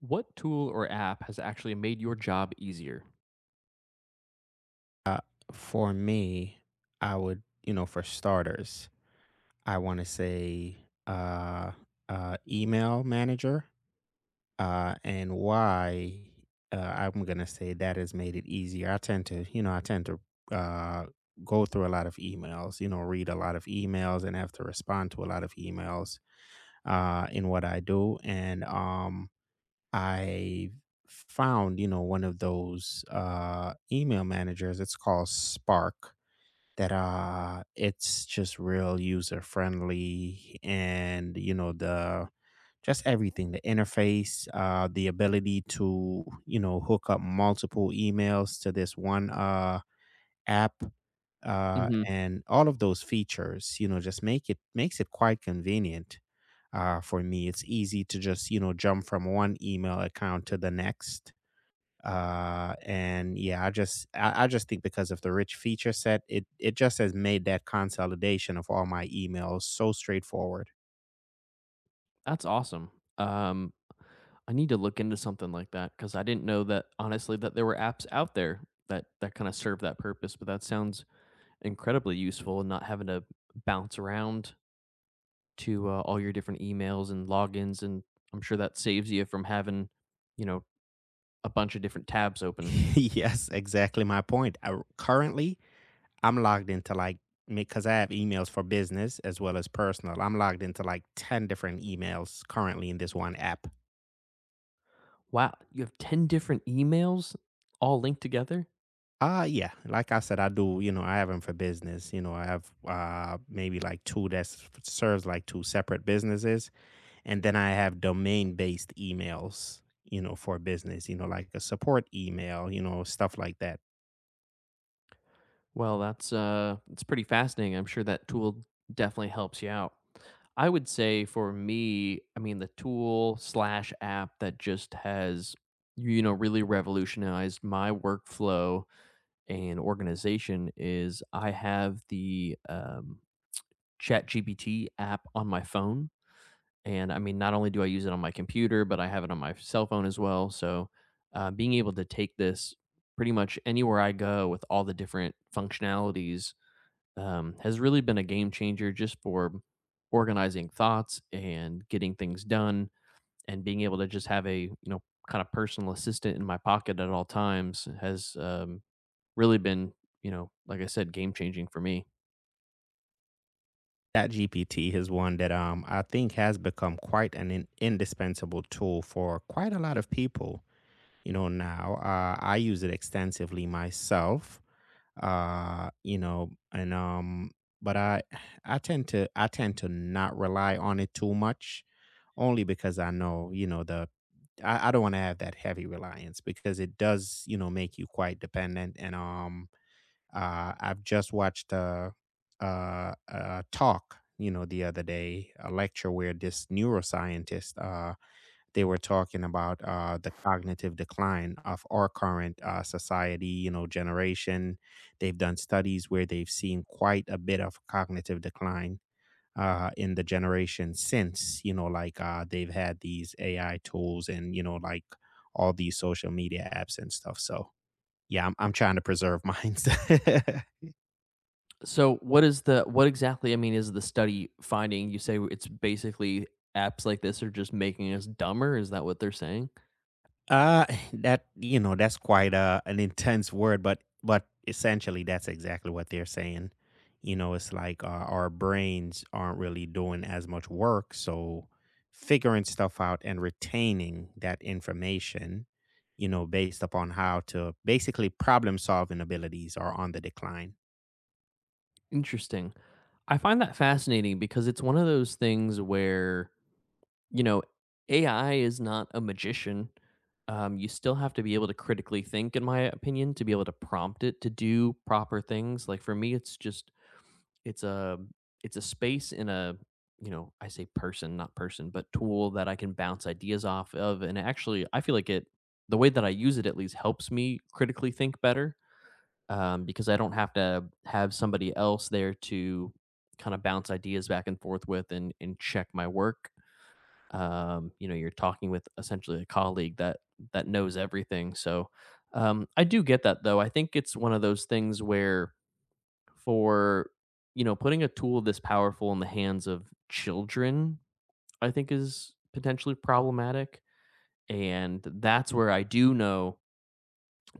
What tool or app has actually made your job easier? Uh, for me, I would, you know, for starters, I want to say uh, email manager. And why I'm going to say that has made it easier. I tend to uh, go through a lot of emails, you know, read a lot of emails, and have to respond to a lot of emails in what I do. And I found, you know, one of those email managers. It's called Spark that it's just real user friendly, and you know, the just everything, the interface, the ability to, you know, hook up multiple emails to this one app, hmm and all of those features, you know, just makes it quite convenient. For me it's easy to just, you know, jump from one email account to the next. And yeah, I just think because of the rich feature set it just has made that consolidation of all my emails so straightforward. That's awesome. Um, I need to look into something like that because I didn't know that, honestly, that there were apps out there that kind of serve that purpose. But that sounds incredibly useful, and not having to bounce around to all your different emails and logins. And I'm sure that saves you from having, you know, a bunch of different tabs open. Yes, exactly my point. I, currently I'm logged into like Because I have emails for business as well as personal, I'm logged into like 10 different emails currently in this one app. Wow, you have 10 different emails all linked together. Yeah, like I said, I do you know, I have them for business. You know, I have maybe like two that serves like two separate businesses. And then I have domain based emails, you know, for business, you know, like a support email, you know, stuff like that. Well, that's it's pretty fascinating. I'm sure that tool definitely helps you out. I would say for me, I mean, the tool slash app that just has, you know, really revolutionized my workflow and organization is I have the Chat app on my phone. And I mean, not only do I use it on my computer, but I have it on my cell phone as well. So being able to take this pretty much anywhere I go with all the different functionalities has really been a game changer just for organizing thoughts and getting things done and being able to just have a, you know, kind of personal assistant in my pocket at all times has, really been, you know, like I said, game changing for me. That GPT is one that I think has become quite an indispensable tool for quite a lot of people, you know, now. I use it extensively myself. And But I tend to not rely on it too much, only because I know, you know, I don't want to have that heavy reliance, because it does, you know, make you quite dependent. And I've just watched a talk, you know, the other day, a lecture where this neuroscientist, they were talking about the cognitive decline of our current society, you know, generation. They've done studies where they've seen quite a bit of cognitive decline in the generation since, you know, like they've had these AI tools and, you know, like all these social media apps and stuff. So, yeah, I'm trying to preserve mine. So what is the— what exactly, I mean, is the study finding? You say it's basically apps like this are just making us dumber? Is that what they're saying? Uh, that You know, that's quite a an intense word, but essentially, that's exactly what they're saying. You know, it's like our brains aren't really doing as much work, so figuring stuff out and retaining that information, you know, based upon how to basically problem solving abilities are on the decline. Interesting. I find that fascinating because it's one of those things where, you know, AI is not a magician. You still have to be able to critically think, in my opinion, to be able to prompt it to do proper things. Like for me, it's just it's a it's a space in a, you know, I say person, not person, but tool that I can bounce ideas off of. And actually, I feel like it the way that I use it at least helps me critically think better, because I don't have to have somebody else there to kind of bounce ideas back and forth with and check my work. You know, you're talking with essentially a colleague that knows everything. So, I do get that, though. I think it's one of those things where, for, you know, putting a tool this powerful in the hands of children, I think is potentially problematic. And that's where I do know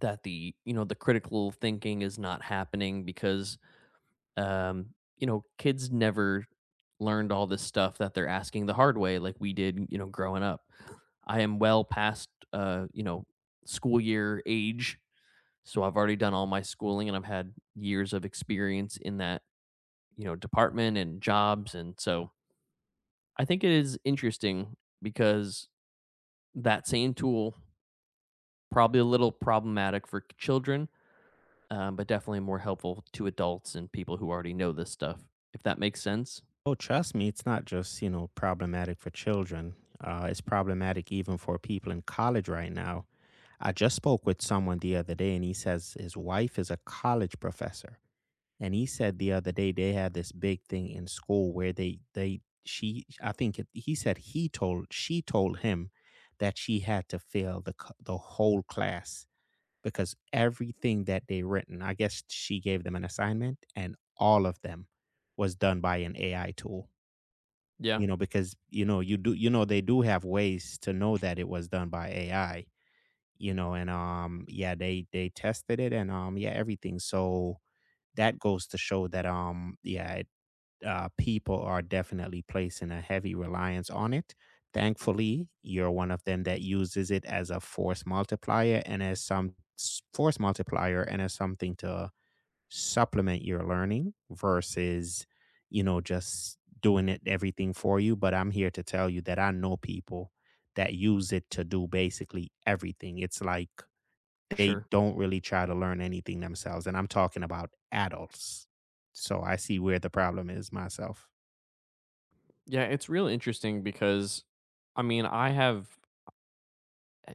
that, the, you know, the critical thinking is not happening because, you know, kids never learned all this stuff that they're asking the hard way like we did, you know, growing up. I am well past, you know, school year age, so I've already done all my schooling, and I've had years of experience in that, you know, department and jobs. And so I think it is interesting because that same tool, probably a little problematic for children, but definitely more helpful to adults and people who already know this stuff. If that makes sense. Oh, trust me, it's not just, you know, problematic for children. It's problematic even for people in college right now. I just spoke with someone the other day, and he says his wife is a college professor. And he said the other day they had this big thing in school where they she I think it, he said he told she told him that she had to fail the whole class, because everything that they written, I guess she gave them an assignment and all of them was done by an AI tool. Yeah, You know, because, you know, they do have ways to know that it was done by AI, you know. And yeah, they tested it, and yeah, everything. So that goes to show that, yeah, people are definitely placing a heavy reliance on it. Thankfully, you're one of them that uses it as a force multiplier, and as something to supplement your learning versus, you know, just doing it everything for you. But I'm here to tell you that I know people that use it to do basically everything. It's like they sure. don't really try to learn anything themselves, and I'm talking about adults. So I see where the problem is myself. Yeah, it's real interesting because, I mean, I have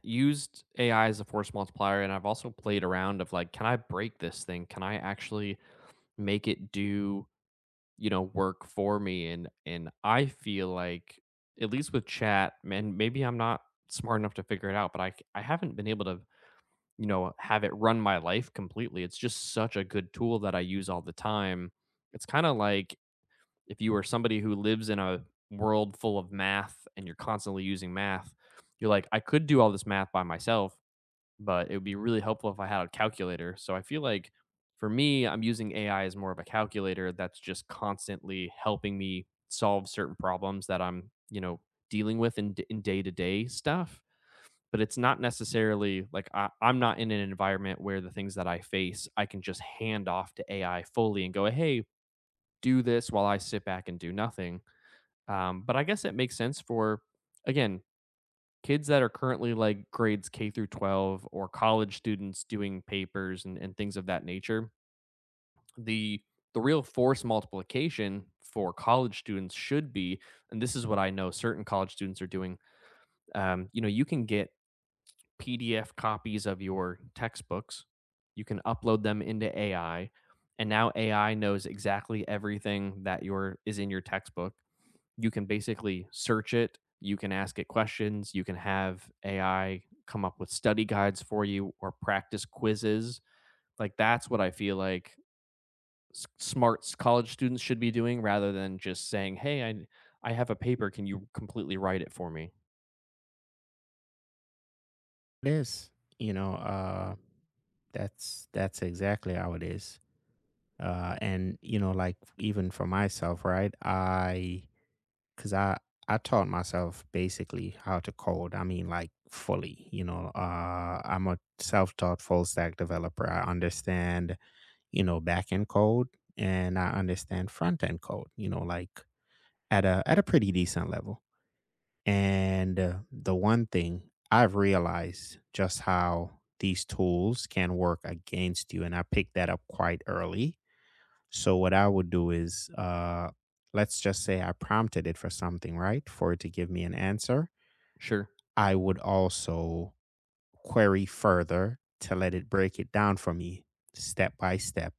used AI as a force multiplier, and I've also played around of like, can I break this thing? Can I actually make it do, you know, work for me? And I feel like at least with chat, man, maybe I'm not smart enough to figure it out, but I haven't been able to, you know, have it run my life completely. It's just such a good tool that I use all the time. It's kind of like, if you are somebody who lives in a world full of math and you're constantly using math, you're like, I could do all this math by myself, but it would be really helpful if I had a calculator. So I feel like for me, I'm using AI as more of a calculator that's just constantly helping me solve certain problems that I'm, you know, dealing with in, day-to-day stuff. But it's not necessarily like I'm not in an environment where the things that I face I can just hand off to AI fully and go, hey, do this while I sit back and do nothing. But I guess it makes sense for, again, kids that are currently like grades K through 12, or college students doing papers and, things of that nature. The real force multiplication for college students should be, and this is what I know certain college students are doing. You know, you can get PDF copies of your textbooks, you can upload them into AI, and now AI knows exactly everything that your— is in your textbook. You can basically search it, you can ask it questions, you can have AI come up with study guides for you or practice quizzes. Like, that's what I feel like smart college students should be doing, rather than just saying, "Hey, I have a paper, can you completely write it for me?" It is, you know, that's exactly how it is. And, you know, like even for myself, right? Cause I taught myself basically how to code. I mean, like, fully. You know, I'm a self-taught full stack developer. I understand, you know, back end code, and I understand front end code. You know, like, at a pretty decent level. And the one thing I've realized just how these tools can work against you, and I picked that up quite early. So what I would do is, let's just say I prompted it for something, right, for it to give me an answer. Sure. I would also query further to let it break it down for me step by step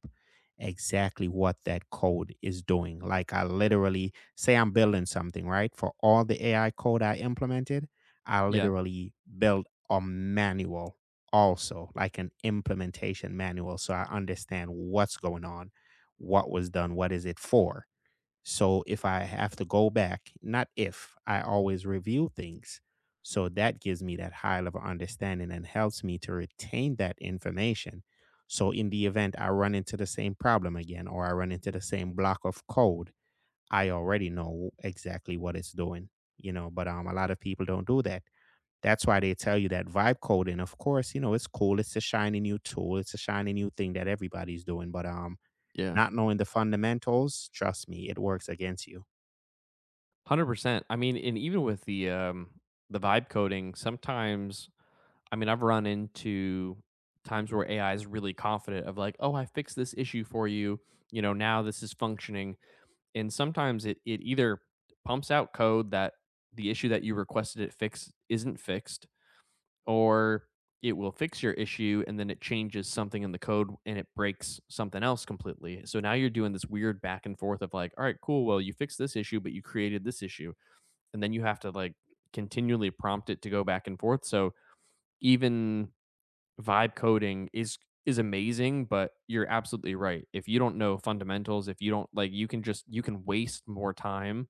exactly what that code is doing. Like I literally say I'm building something, right? For all the AI code I implemented, I Yeah. literally build a manual also, like an implementation manual, so I understand what's going on, what was done, what is it for. So if I have to go back, not if, I always review things. So that gives me that high level understanding and helps me to retain that information. So in the event I run into the same problem again or I run into the same block of code, I already know exactly what it's doing, you know, but a lot of people don't do that. That's why they tell you that vibe coding, of course, you know, it's cool. It's a shiny new tool. It's a shiny new thing that everybody's doing. But Yeah. not knowing the fundamentals, trust me, it works against you. 100%. I mean, and even with the vibe coding, sometimes, I mean, I've run into times where AI is really confident of like, oh, I fixed this issue for you. You know, now this is functioning. And sometimes it either pumps out code that— the issue that you requested it fix isn't fixed, or it will fix your issue and then it changes something in the code and it breaks something else completely. So now you're doing this weird back and forth of like, all right, cool. Well, you fixed this issue, but you created this issue. And then you have to like continually prompt it to go back and forth. So even vibe coding is amazing, but you're absolutely right. If you don't know fundamentals, if you don't— like, you can just— you can waste more time,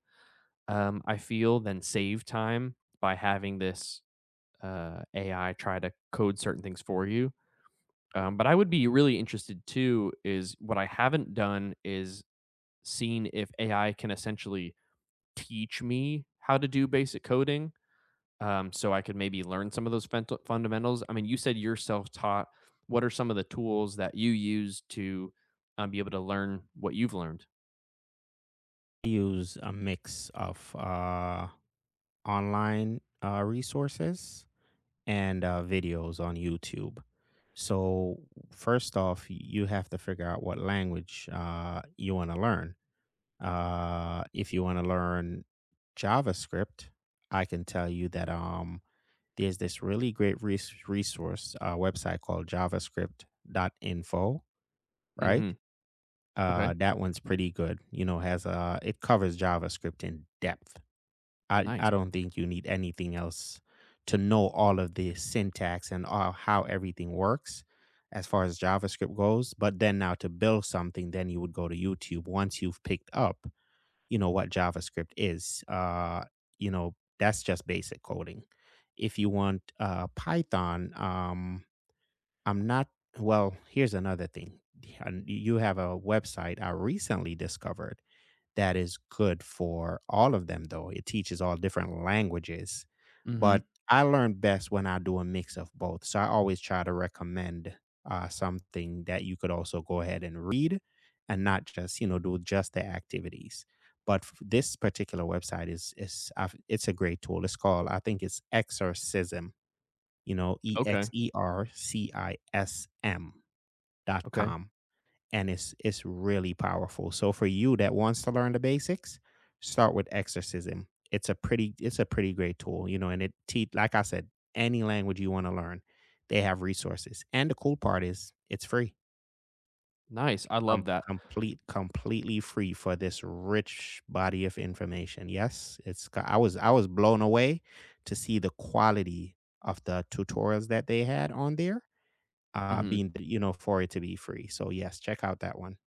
I feel, than save time by having this AI try to code certain things for you. But I would be really interested too is what I haven't done is seen if AI can essentially teach me how to do basic coding, so I could maybe learn some of those fundamentals. I mean, you said you're self taught. What are some of the tools that you use to, be able to learn what you've learned? Use a mix of online resources and videos on YouTube. So, first off, you have to figure out what language you want to learn. If you want to learn JavaScript, I can tell you that there's this really great resource website called javascript.info, right? hmm Okay. That one's pretty good. You know, has a it covers JavaScript in depth. I Nice. don't think you need anything else to know all of the syntax and all, how everything works as far as JavaScript goes. But then now to build something, then you would go to YouTube once you've picked up, you know, what JavaScript is. You know, that's just basic coding. If you want Python, I'm not. Well, here's another thing. And you have a website I recently discovered that is good for all of them though. It teaches all different languages, hmm but I learn best when I do a mix of both. So I always try to recommend something that you could also go ahead and read, and not just, you know, do just the activities. But this particular website it's a great tool. It's called, I think it's Exorcism, you know, E Okay. X E R C I S M dot Okay. com and it's really powerful. So for you that wants to learn the basics, start with Exorcism. It's a pretty great tool, you know, and like I said, any language you want to learn, they have resources. And the cool part is it's free. Nice. I love that. Completely free for this rich body of information. Yes, I was blown away to see the quality of the tutorials that they had on there, hmm being, you know, for it to be free. So yes, check out that one.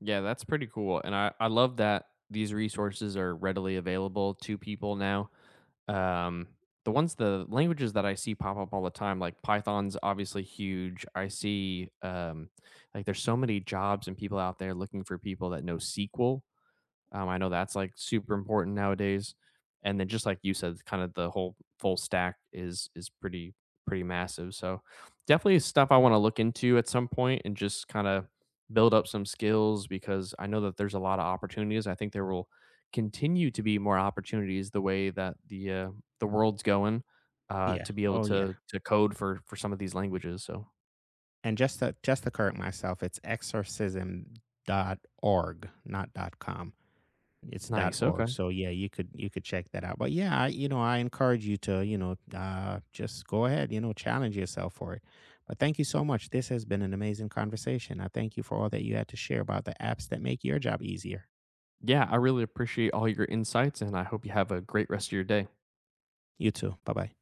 Yeah, that's pretty cool. And I love that these resources are readily available to people now. um the ones— the languages that I see pop up all the time, like Python's obviously huge. I see, like, there's so many jobs and people out there looking for people that know SQL. I know that's like super important nowadays. And then just like you said, kind of the whole full stack is— is pretty massive. So definitely stuff I want to look into at some point and just kind of build up some skills, because I know that there's a lot of opportunities. I think there will continue to be more opportunities the way that the, the world's going, Yeah. to be able Oh, yeah. to code for some of these languages. So And just to correct myself, it's Exorcism dot org, not dot com. It's dot nice. org. Okay. So yeah, you could check that out. But yeah, you know, I encourage you to, you know, just go ahead, you know, challenge yourself for it. But thank you so much. This has been an amazing conversation. I thank you for all that you had to share about the apps that make your job easier. Yeah, I really appreciate all your insights, and I hope you have a great rest of your day. You too. Bye bye.